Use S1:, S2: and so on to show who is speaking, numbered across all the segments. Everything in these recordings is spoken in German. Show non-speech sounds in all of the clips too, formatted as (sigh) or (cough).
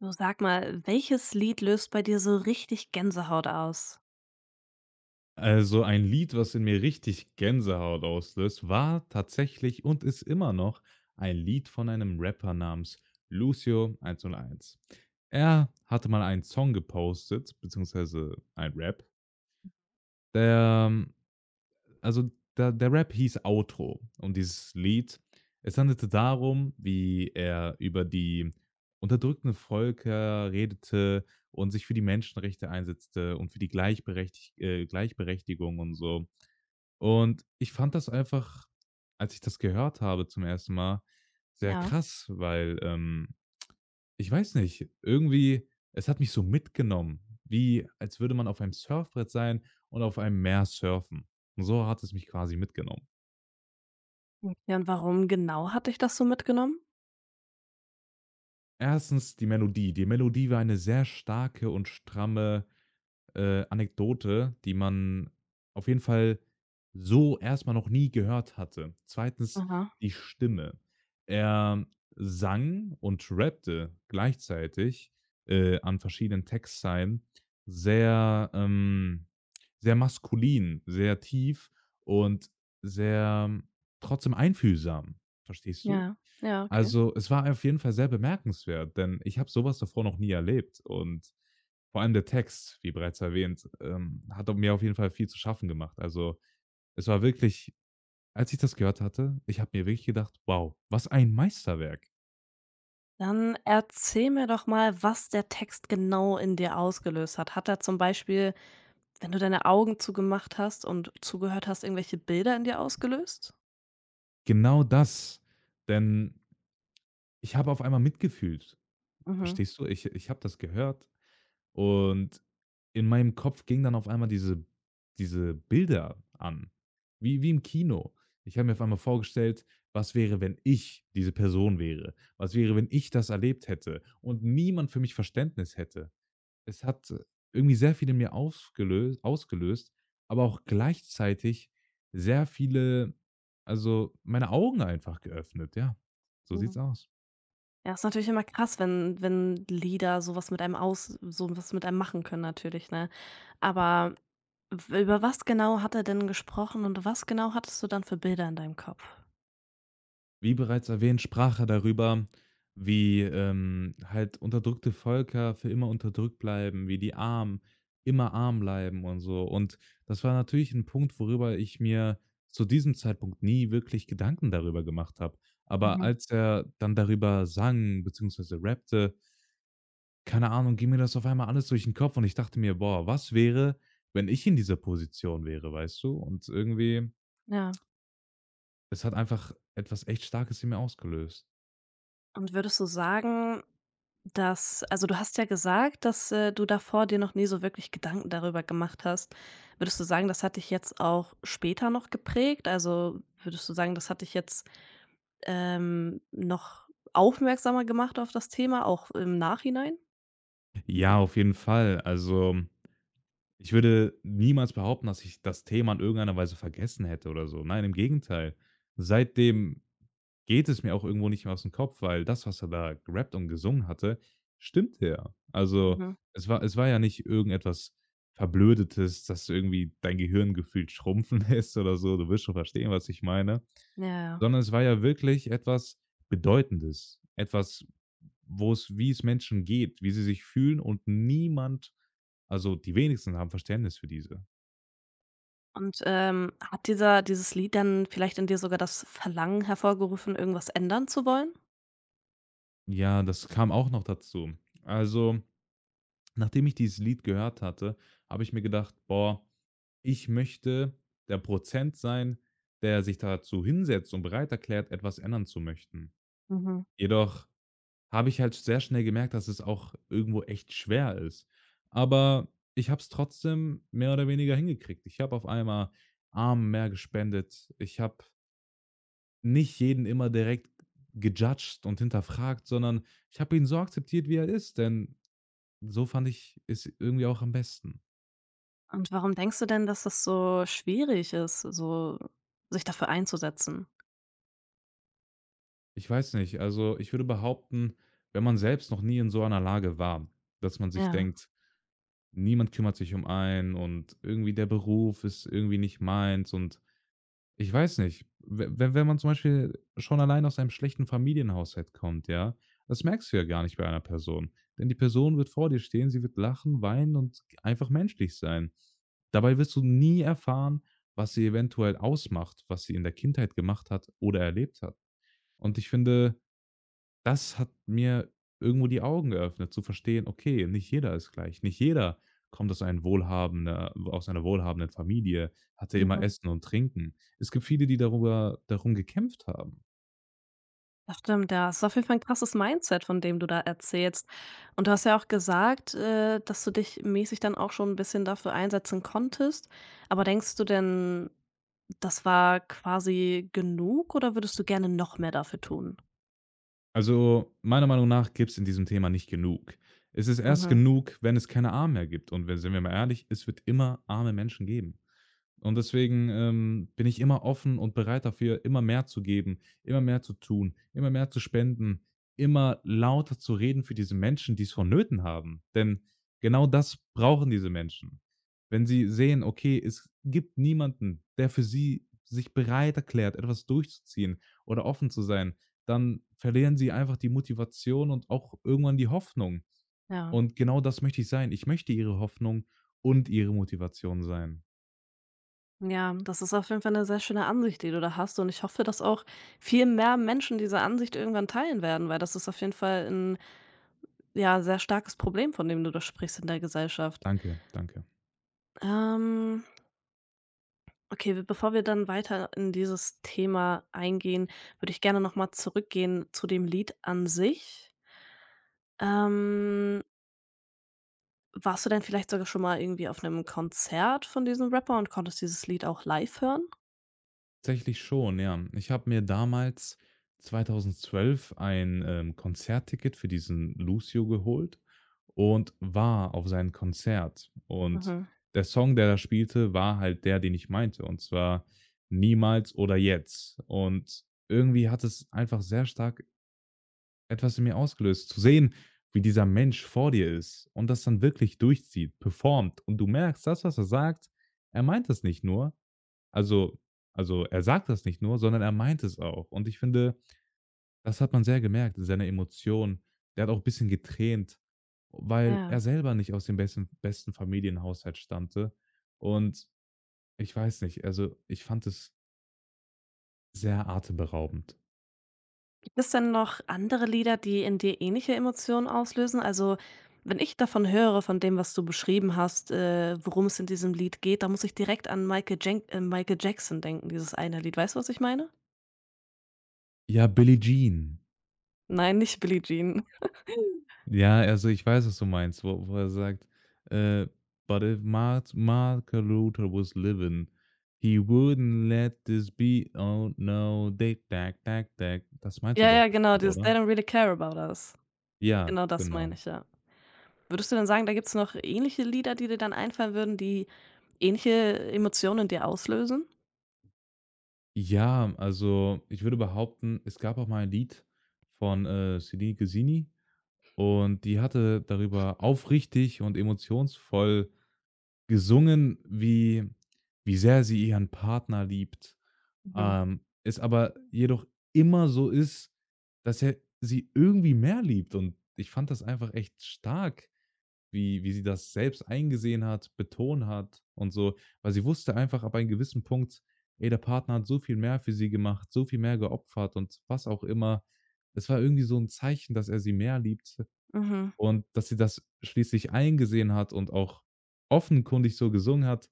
S1: Du sag mal, welches Lied löst bei dir so richtig Gänsehaut aus?
S2: Also ein Lied, was in mir richtig Gänsehaut auslöst, war tatsächlich und ist immer noch ein Lied von einem Rapper namens Lucio 101. Er hatte mal einen Song gepostet, beziehungsweise ein Rap, der, ähm, also der, der Rap hieß Outro und dieses Lied, es handelte darum, wie er über die unterdrückten Völker redete und sich für die Menschenrechte einsetzte und für die Gleichberechtigung und so. Und ich fand das einfach, als ich das gehört habe zum ersten Mal, sehr
S1: Ja.
S2: krass, weil ich weiß nicht, irgendwie es hat mich so mitgenommen, wie als würde man auf einem Surfbrett sein und auf einem Meer surfen. Und so hat es mich quasi mitgenommen.
S1: Okay, und warum genau hat dich das so mitgenommen?
S2: Erstens die Melodie. Die Melodie war eine sehr starke und stramme Anekdote, die man auf jeden Fall so erst mal noch nie gehört hatte. Zweitens
S1: Aha.
S2: die Stimme. Er sang und rappte gleichzeitig, an verschiedenen Textzeilen sehr, sehr maskulin, sehr tief und sehr trotzdem einfühlsam. Verstehst du?
S1: Ja. Ja, okay.
S2: Also, es war auf jeden Fall sehr bemerkenswert, denn ich habe sowas davor noch nie erlebt und vor allem der Text, wie bereits erwähnt, hat au mir auf jeden Fall viel zu schaffen gemacht. Also, es war wirklich als ich das gehört hatte, ich habe mir wirklich gedacht: „Wow, was ein Meisterwerk.“
S1: Dann erzähl mir doch mal, was der Text genau in dir ausgelöst hat. Hat er zum Beispiel, wenn du deine Augen zugemacht hast und zugehört hast, irgendwelche Bilder in dir ausgelöst?
S2: Genau das, denn ich habe auf einmal mitgefühlt.
S1: Mhm.
S2: Verstehst du? Ich habe das gehört und in meinem Kopf ging dann auf einmal diese Bilder an, wie im Kino. Ich habe mir auf einmal vorgestellt: „Was wäre, wenn ich diese Person wäre? Was wäre, wenn ich das erlebt hätte und niemand für mich Verständnis hätte?“ Es hat irgendwie sehr viel in mir ausgelöst, aber auch gleichzeitig sehr viele also, meine Augen einfach geöffnet, ja. So sieht's aus.
S1: Ja, ist natürlich immer krass, wenn Lieder so was mit einem aus so was mit einem machen können natürlich, ne? Aber w über was genau hat er denn gesprochen und was genau hattest du dann für Bilder in deinem Kopf?
S2: Wie bereits erwähnt, sprach er darüber, wie halt unterdrückte Völker für immer unterdrückt bleiben, wie die Armen immer arm bleiben und so. Und das war natürlich ein Punkt, worüber ich mir zu diesem Zeitpunkt nie wirklich Gedanken darüber gemacht habe. Aber
S1: Mhm.
S2: als er dann darüber sang bzw. rappte, keine Ahnung, ging mir das auf einmal alles durch den Kopf und ich dachte mir: „Boah, was wäre, wenn ich in dieser Position wäre“, weißt du? Und irgendwie
S1: Ja.
S2: es hat einfach etwas echt Starkes in mir ausgelöst.
S1: Und würdest du sagen, dass also, du hast ja gesagt, dass, du davor dir noch nie so wirklich Gedanken darüber gemacht hast. Würdest du sagen, das hat dich jetzt auch später noch geprägt? Also, würdest du sagen, das hat dich jetzt, noch aufmerksamer gemacht auf das Thema, auch im Nachhinein?
S2: Ja, auf jeden Fall. Also, ich würde niemals behaupten, dass ich das Thema in irgendeiner Weise vergessen hätte oder so. Nein, im Gegenteil. Seitdem geht es mir auch irgendwo nicht mehr aus dem Kopf, weil das, was er da gerappt und gesungen hatte, stimmte ja. Also,
S1: Mhm.
S2: es war ja nicht irgendetwas Verblödetes, das irgendwie dein Gehirn gefühlt schrumpfen (laughs) lässt oder so. Du wirst schon verstehen, was ich meine.
S1: Ja, ja.
S2: Sondern es war ja wirklich etwas Bedeutendes, etwas, wo es wie es Menschen geht, wie sie sich fühlen und niemand also, die wenigsten haben Verständnis für diese.
S1: Und, hat dieser dieses Lied dann vielleicht in dir sogar das Verlangen hervorgerufen, irgendwas ändern zu wollen?
S2: Ja, das kam auch noch dazu. Also, nachdem ich dieses Lied gehört hatte, habe ich mir gedacht: „Boah, ich möchte der Prozent sein, der sich dazu hinsetzt und bereit erklärt, etwas ändern zu möchten.“
S1: Mhm.
S2: Jedoch habe ich halt sehr schnell gemerkt, dass es auch irgendwo echt schwer ist. Aber ich habe es trotzdem mehr oder weniger hingekriegt. Ich habe auf einmal Armen mehr gespendet. Ich habe nicht jeden immer direkt gejudged und hinterfragt, sondern ich habe ihn so akzeptiert, wie er ist, denn so fand ich es irgendwie auch am besten.
S1: Und warum denkst du denn, dass das so schwierig ist, so sich dafür einzusetzen?
S2: Ich weiß nicht, also ich würde behaupten, wenn man selbst noch nie in so einer Lage war, dass man sich
S1: Ja.
S2: denkt, niemand kümmert sich um einen und irgendwie der Beruf ist irgendwie nicht meins und ich weiß nicht. We wenn man zum Beispiel schon allein aus einem schlechten Familienhaushalt kommt, ja, das merkst du ja gar nicht bei einer Person. Denn die Person wird vor dir stehen, sie wird lachen, weinen und einfach menschlich sein. Dabei wirst du nie erfahren, was sie eventuell ausmacht, was sie in der Kindheit gemacht hat oder erlebt hat. Und ich finde, das hat mir irgendwo die Augen geöffnet, zu verstehen: Okay, nicht jeder ist gleich. Nicht jeder kommt aus einem wohlhabender aus einer wohlhabenden Familie, hatte immer
S1: Mhm.
S2: Essen und Trinken. Es gibt viele, die darüber darum gekämpft haben.
S1: Das stimmt, ja. Es ist auf jeden Fall 'n krasses Mindset, von dem du da erzählst. Und du hast ja auch gesagt, dass du dich mäßig dann auch schon ein bisschen dafür einsetzen konntest. Aber denkst du denn, das war quasi genug oder würdest du gerne noch mehr dafür tun?
S2: Also, meiner Meinung nach gibt's in diesem Thema nicht genug. Es ist erst
S1: Mhm.
S2: genug, wenn es keine Armen mehr gibt. Und wenn sind wir mal ehrlich, es wird immer arme Menschen geben. Und deswegen bin ich immer offen und bereit dafür, immer mehr zu geben, immer mehr zu tun, immer mehr zu spenden, immer lauter zu reden für diese Menschen, die's vonnöten haben. Denn genau das brauchen diese Menschen. Wenn sie sehen: Okay, es gibt niemanden, der für sie sich bereit erklärt, etwas durchzuziehen oder offen zu sein, dann verlieren sie einfach die Motivation und auch irgendwann die Hoffnung.
S1: Ja,
S2: Und genau das möchte ich sein. Ich möchte ihre Hoffnung und ihre Motivation sein.
S1: ja, das ist auf jeden Fall eine sehr schöne Ansicht, die du da hast, und ich hoffe, dass auch viel mehr Menschen diese Ansicht irgendwann teilen werden, weil das ist auf jeden Fall ein ja, sehr starkes Problem, von dem du da sprichst in der Gesellschaft.
S2: Danke, danke.
S1: Ähm, okay, w bevor wir dann weiter in dieses Thema eingehen, würde ich gerne noch mal zurückgehen zu dem Lied an sich. Ähm, warst du denn vielleicht sogar schon mal irgendwie auf einem Konzert von diesem Rapper und konntest dieses Lied auch live hören?
S2: Tatsächlich schon, ja. Ich habe mir damals 2012 ein, Konzertticket für diesen Lucio geholt und war auf sein Konzert. Und
S1: Mhm,
S2: der Song, der da spielte, war halt der, den ich meinte, und zwar „Niemals oder jetzt“. Und irgendwie hat es einfach sehr stark etwas in mir ausgelöst. Zu sehen, wie dieser Mensch vor dir ist und das dann wirklich durchzieht, performt und du merkst, das, was er sagt, er meint es nicht nur, also also, er sagt das nicht nur, sondern er meint es auch. Und ich finde, das hat man sehr gemerkt in seiner Emotion. Der hat auch 'n bisschen getränt, weil er
S1: ja.
S2: selber nicht aus dem besten Familienhaushalt stammte. Und ich weiß nicht, also, ich fand es sehr atemberaubend.
S1: Gibt's denn noch andere Lieder, die in dir ähnliche Emotionen auslösen? Also, wenn ich davon höre, von dem, was du beschrieben hast, worum es in diesem Lied geht, da muss ich direkt an Michael Jackson denken, dieses eine Lied. Weißt du, was ich meine?
S2: Ja, Billie Jean.
S1: Nein, nicht Billie Jean. (laughs)
S2: Ja, also ich weiß, was du meinst, wo er sagt, äh: „But if Martin Luther was living, he wouldn't let this be oh no, they tag tag tag.“ Das meinst du
S1: Ja,
S2: doch
S1: ja, genau,
S2: bestimmt,
S1: dieses „They
S2: oder?
S1: don't really care about us“.
S2: Ja,
S1: Genau das meine
S2: genau.
S1: ich, ja. Würdest du denn sagen, da gibt's noch ähnliche Lieder, die dir dann einfallen würden, die ähnliche Emotionen in dir auslösen?
S2: Ja, also ich würde behaupten, es gab auch mal ein Lied von Sini Gesini und die hatte darüber aufrichtig und emotionsvoll gesungen, wie sehr sie ihren Partner liebt, es aber jedoch immer so ist, dass er sie irgendwie mehr liebt und ich fand das einfach echt stark, wie sie das selbst eingesehen hat, betont hat und so, weil sie wusste einfach ab einem gewissen Punkt: „Ey, der Partner hat so viel mehr für sie gemacht, so viel mehr geopfert“ und was auch immer. Es war irgendwie so ein Zeichen, dass er sie mehr liebt
S1: Mhm.
S2: und dass sie das schließlich eingesehen hat und auch offenkundig so gesungen hat,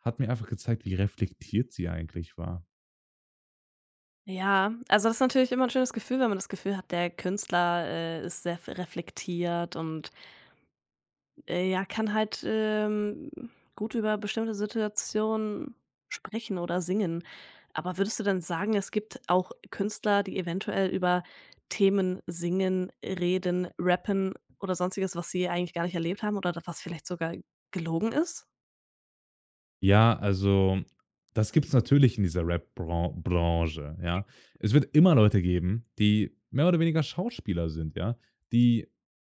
S2: hat mir einfach gezeigt, wie reflektiert sie eigentlich war.
S1: Ja, also das ist natürlich immer ein schönes Gefühl, wenn man das Gefühl hat, der Künstler, ist sehr f reflektiert und, ja, kann halt, gut über bestimmte Situationen sprechen oder singen. Aber würdest du dann sagen, es gibt auch Künstler, die eventuell über Themen singen, reden, rappen oder Sonstiges, was sie eigentlich gar nicht erlebt haben oder d was vielleicht sogar gelogen ist?
S2: Ja, also das gibt es natürlich in dieser rap Branche, ja. Es wird immer Leute geben, die mehr oder weniger Schauspieler sind, ja. Die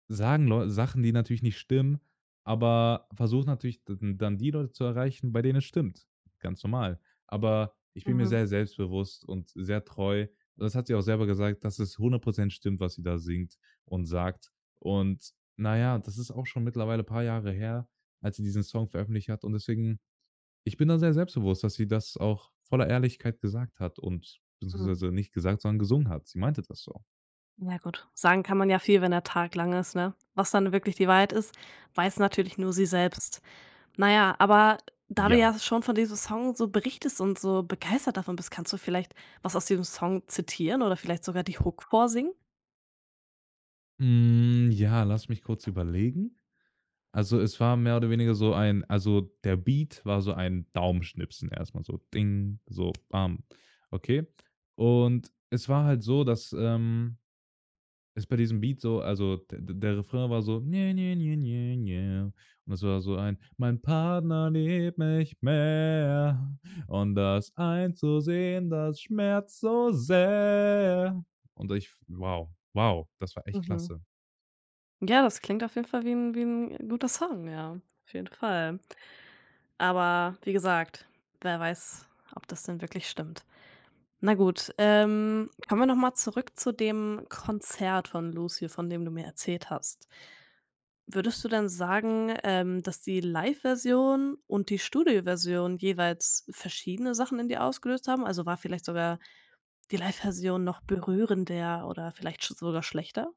S2: sagen Leu Sachen, die natürlich nicht stimmen, aber versuchen natürlich d dann die Leute zu erreichen, bei denen es stimmt. Ganz normal. Aber ich bin mir
S1: Mhm,
S2: sehr selbstbewusst und sehr treu. Und das hat sie auch selber gesagt, dass es hundert Prozent stimmt, was sie da singt und sagt. Und na ja, das ist auch schon mittlerweile ein paar Jahre her, als sie diesen Song veröffentlicht hat und deswegen ich bin da sehr selbstbewusst, dass sie das auch voller Ehrlichkeit gesagt hat und
S1: mhm.
S2: beziehungsweise nicht gesagt, sondern gesungen hat. Sie meinte das so.
S1: Ja gut, sagen kann man ja viel, wenn der Tag lang ist, ne? Was dann wirklich die Wahrheit ist, weiß natürlich nur sie selbst. Na ja, aber da du
S2: Ja.
S1: ja schon von diesem Song so berichtest und so begeistert davon bist, kannst du vielleicht was aus diesem Song zitieren oder vielleicht sogar die Hook vorsingen?
S2: Hm, ja, lass mich kurz überlegen. Also, es war mehr oder weniger so ein also, der Beat war so ein Daumenschnipsen erst mal so ding, so bam, okay. Und es war halt so, dass ist bei diesem Beat so also d der Refrain war so: „Ne, ne, ne, ne, ne.“ Und es war so ein: „Mein Partner liebt mich mehr und das einzusehen, das schmerzt so sehr.“ Und ich wow, wow, das war echt
S1: Mhm.
S2: klasse.
S1: Ja, das klingt auf jeden Fall wie ein wie 'n guter Song, ja, auf jeden Fall. Aber wie gesagt, wer weiß, ob das denn wirklich stimmt. Na gut, kommen wir noch mal zurück zu dem Konzert von Lucio, von dem du mir erzählt hast. Würdest du denn sagen, dass die Live-Version und die Studio-Version jeweils verschiedene Sachen in dir ausgelöst haben? Also, war vielleicht sogar die Live-Version noch berührender oder vielleicht sch sogar schlechter?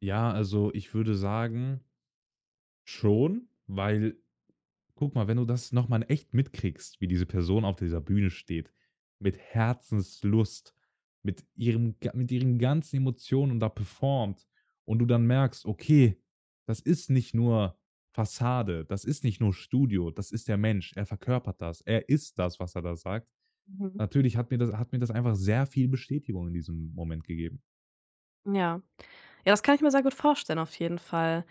S2: Ja, also, ich würde sagen, schon, weil guck mal, wenn du das noch mal in echt mitkriegst, wie diese Person auf dieser Bühne steht, mit Herzenslust, mit ihrem ga mit ihren ganzen Emotionen und da performt und du dann merkst: „Okay, das ist nicht nur Fassade, das ist nicht nur Studio, das ist der Mensch. Er verkörpert das. Er ist das, was er da sagt.“
S1: Mhm.
S2: Natürlich hat mir das einfach sehr viel Bestätigung in diesem Moment gegeben.
S1: Ja. Ja, das kann ich mir sehr gut vorstellen auf jeden Fall.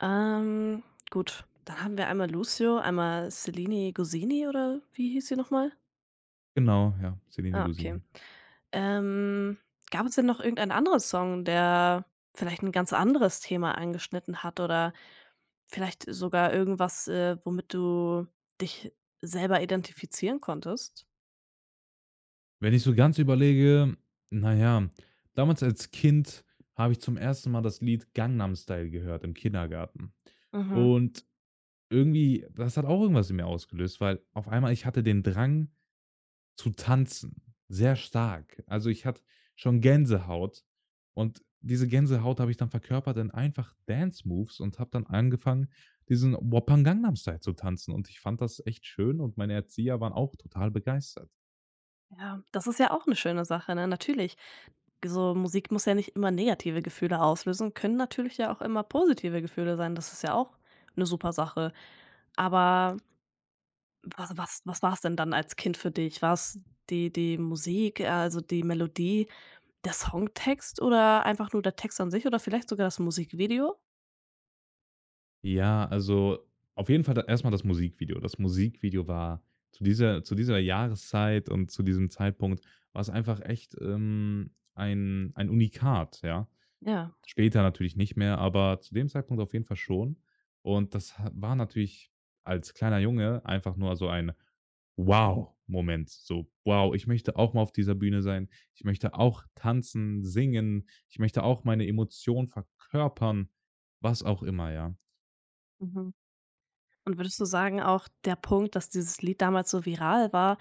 S1: Ähm, gut, dann haben wir einmal Lucio, einmal Selene Goseni oder wie hieß sie nochmal?
S2: Genau, ja, Selene
S1: Ah, okay.
S2: Gosini.
S1: Ähm, gab es denn noch irgendeinen anderen Song, der vielleicht ein ganz anderes Thema angeschnitten hat oder vielleicht sogar irgendwas, womit du dich selber identifizieren konntest?
S2: Wenn ich so ganz überlege, na ja, damals als Kind habe ich zum ersten Mal das Lied Gangnam Style gehört im Kindergarten.
S1: Mhm,
S2: Und irgendwie das hat auch irgendwas in mir ausgelöst, weil auf einmal ich hatte den Drang zu tanzen, sehr stark. Also, ich hatte schon Gänsehaut und diese Gänsehaut habe ich dann verkörpert in einfach Dance Moves und habe dann angefangen, diesen Wappan Gangnam Style zu tanzen und ich fand das echt schön und meine Erzieher waren auch total begeistert.
S1: ja, das ist ja auch eine schöne Sache, ne? Natürlich. So Musik muss ja nicht immer negative Gefühle auslösen, können natürlich ja auch immer positive Gefühle sein. Das ist ja auch eine super Sache. Aber was was war es denn dann als Kind für dich? War's die Musik, also die Melodie, der Songtext oder einfach nur der Text an sich oder vielleicht sogar das Musikvideo?
S2: Ja, also auf jeden Fall da erst das Musikvideo. Das Musikvideo war zu dieser Jahreszeit und zu diesem Zeitpunkt war's einfach echt, ein Unikat, ja.
S1: Ja,
S2: Später natürlich nicht mehr, aber zu dem Zeitpunkt auf jeden Fall schon. Und das ha war natürlich als kleiner Junge einfach nur so ein Wow-Moment, so: „Wow, ich möchte auch mal auf dieser Bühne sein. Ich möchte auch tanzen, singen. Ich möchte auch meine Emotionen verkörpern.“ Was auch immer, ja.
S1: mhm. Und würdest du sagen, auch der Punkt, dass dieses Lied damals so viral war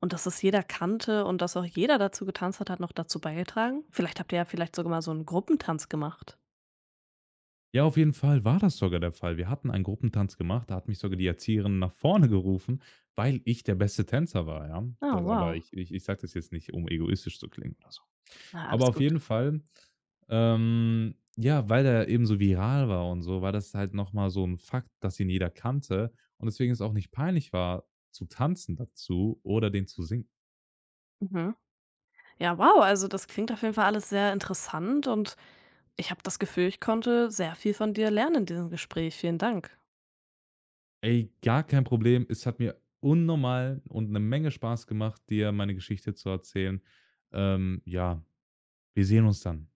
S1: und dass es jeder kannte und dass auch jeder dazu getanzt hat, hat noch dazu beigetragen? Vielleicht habt ihr ja vielleicht sogar mal so einen Gruppentanz gemacht.
S2: Ja, auf jeden Fall war das sogar der Fall. Wir hatten einen Gruppentanz gemacht, da hat mich sogar die Erzieherin nach vorne gerufen, weil ich der beste Tänzer war, ja.
S1: Ah,
S2: Das aber
S1: wow.
S2: Ich sage das jetzt nicht, um egoistisch zu klingen oder so.
S1: Na,
S2: Aber
S1: alles
S2: auf
S1: gut.
S2: jeden Fall, ja, weil der eben so viral war und so, war das halt noch mal so ein Fakt, dass ihn jeder kannte und deswegen es auch nicht peinlich war, zu tanzen dazu oder den zu singen.
S1: Mhm. Ja, wow, also das klingt auf jeden Fall alles sehr interessant, und ich habe das Gefühl, ich konnte sehr viel von dir lernen in diesem Gespräch. Vielen Dank.
S2: Ey, gar kein Problem. Es hat mir unnormal und eine Menge Spaß gemacht, dir meine Geschichte zu erzählen. Ja. Wir sehen uns dann.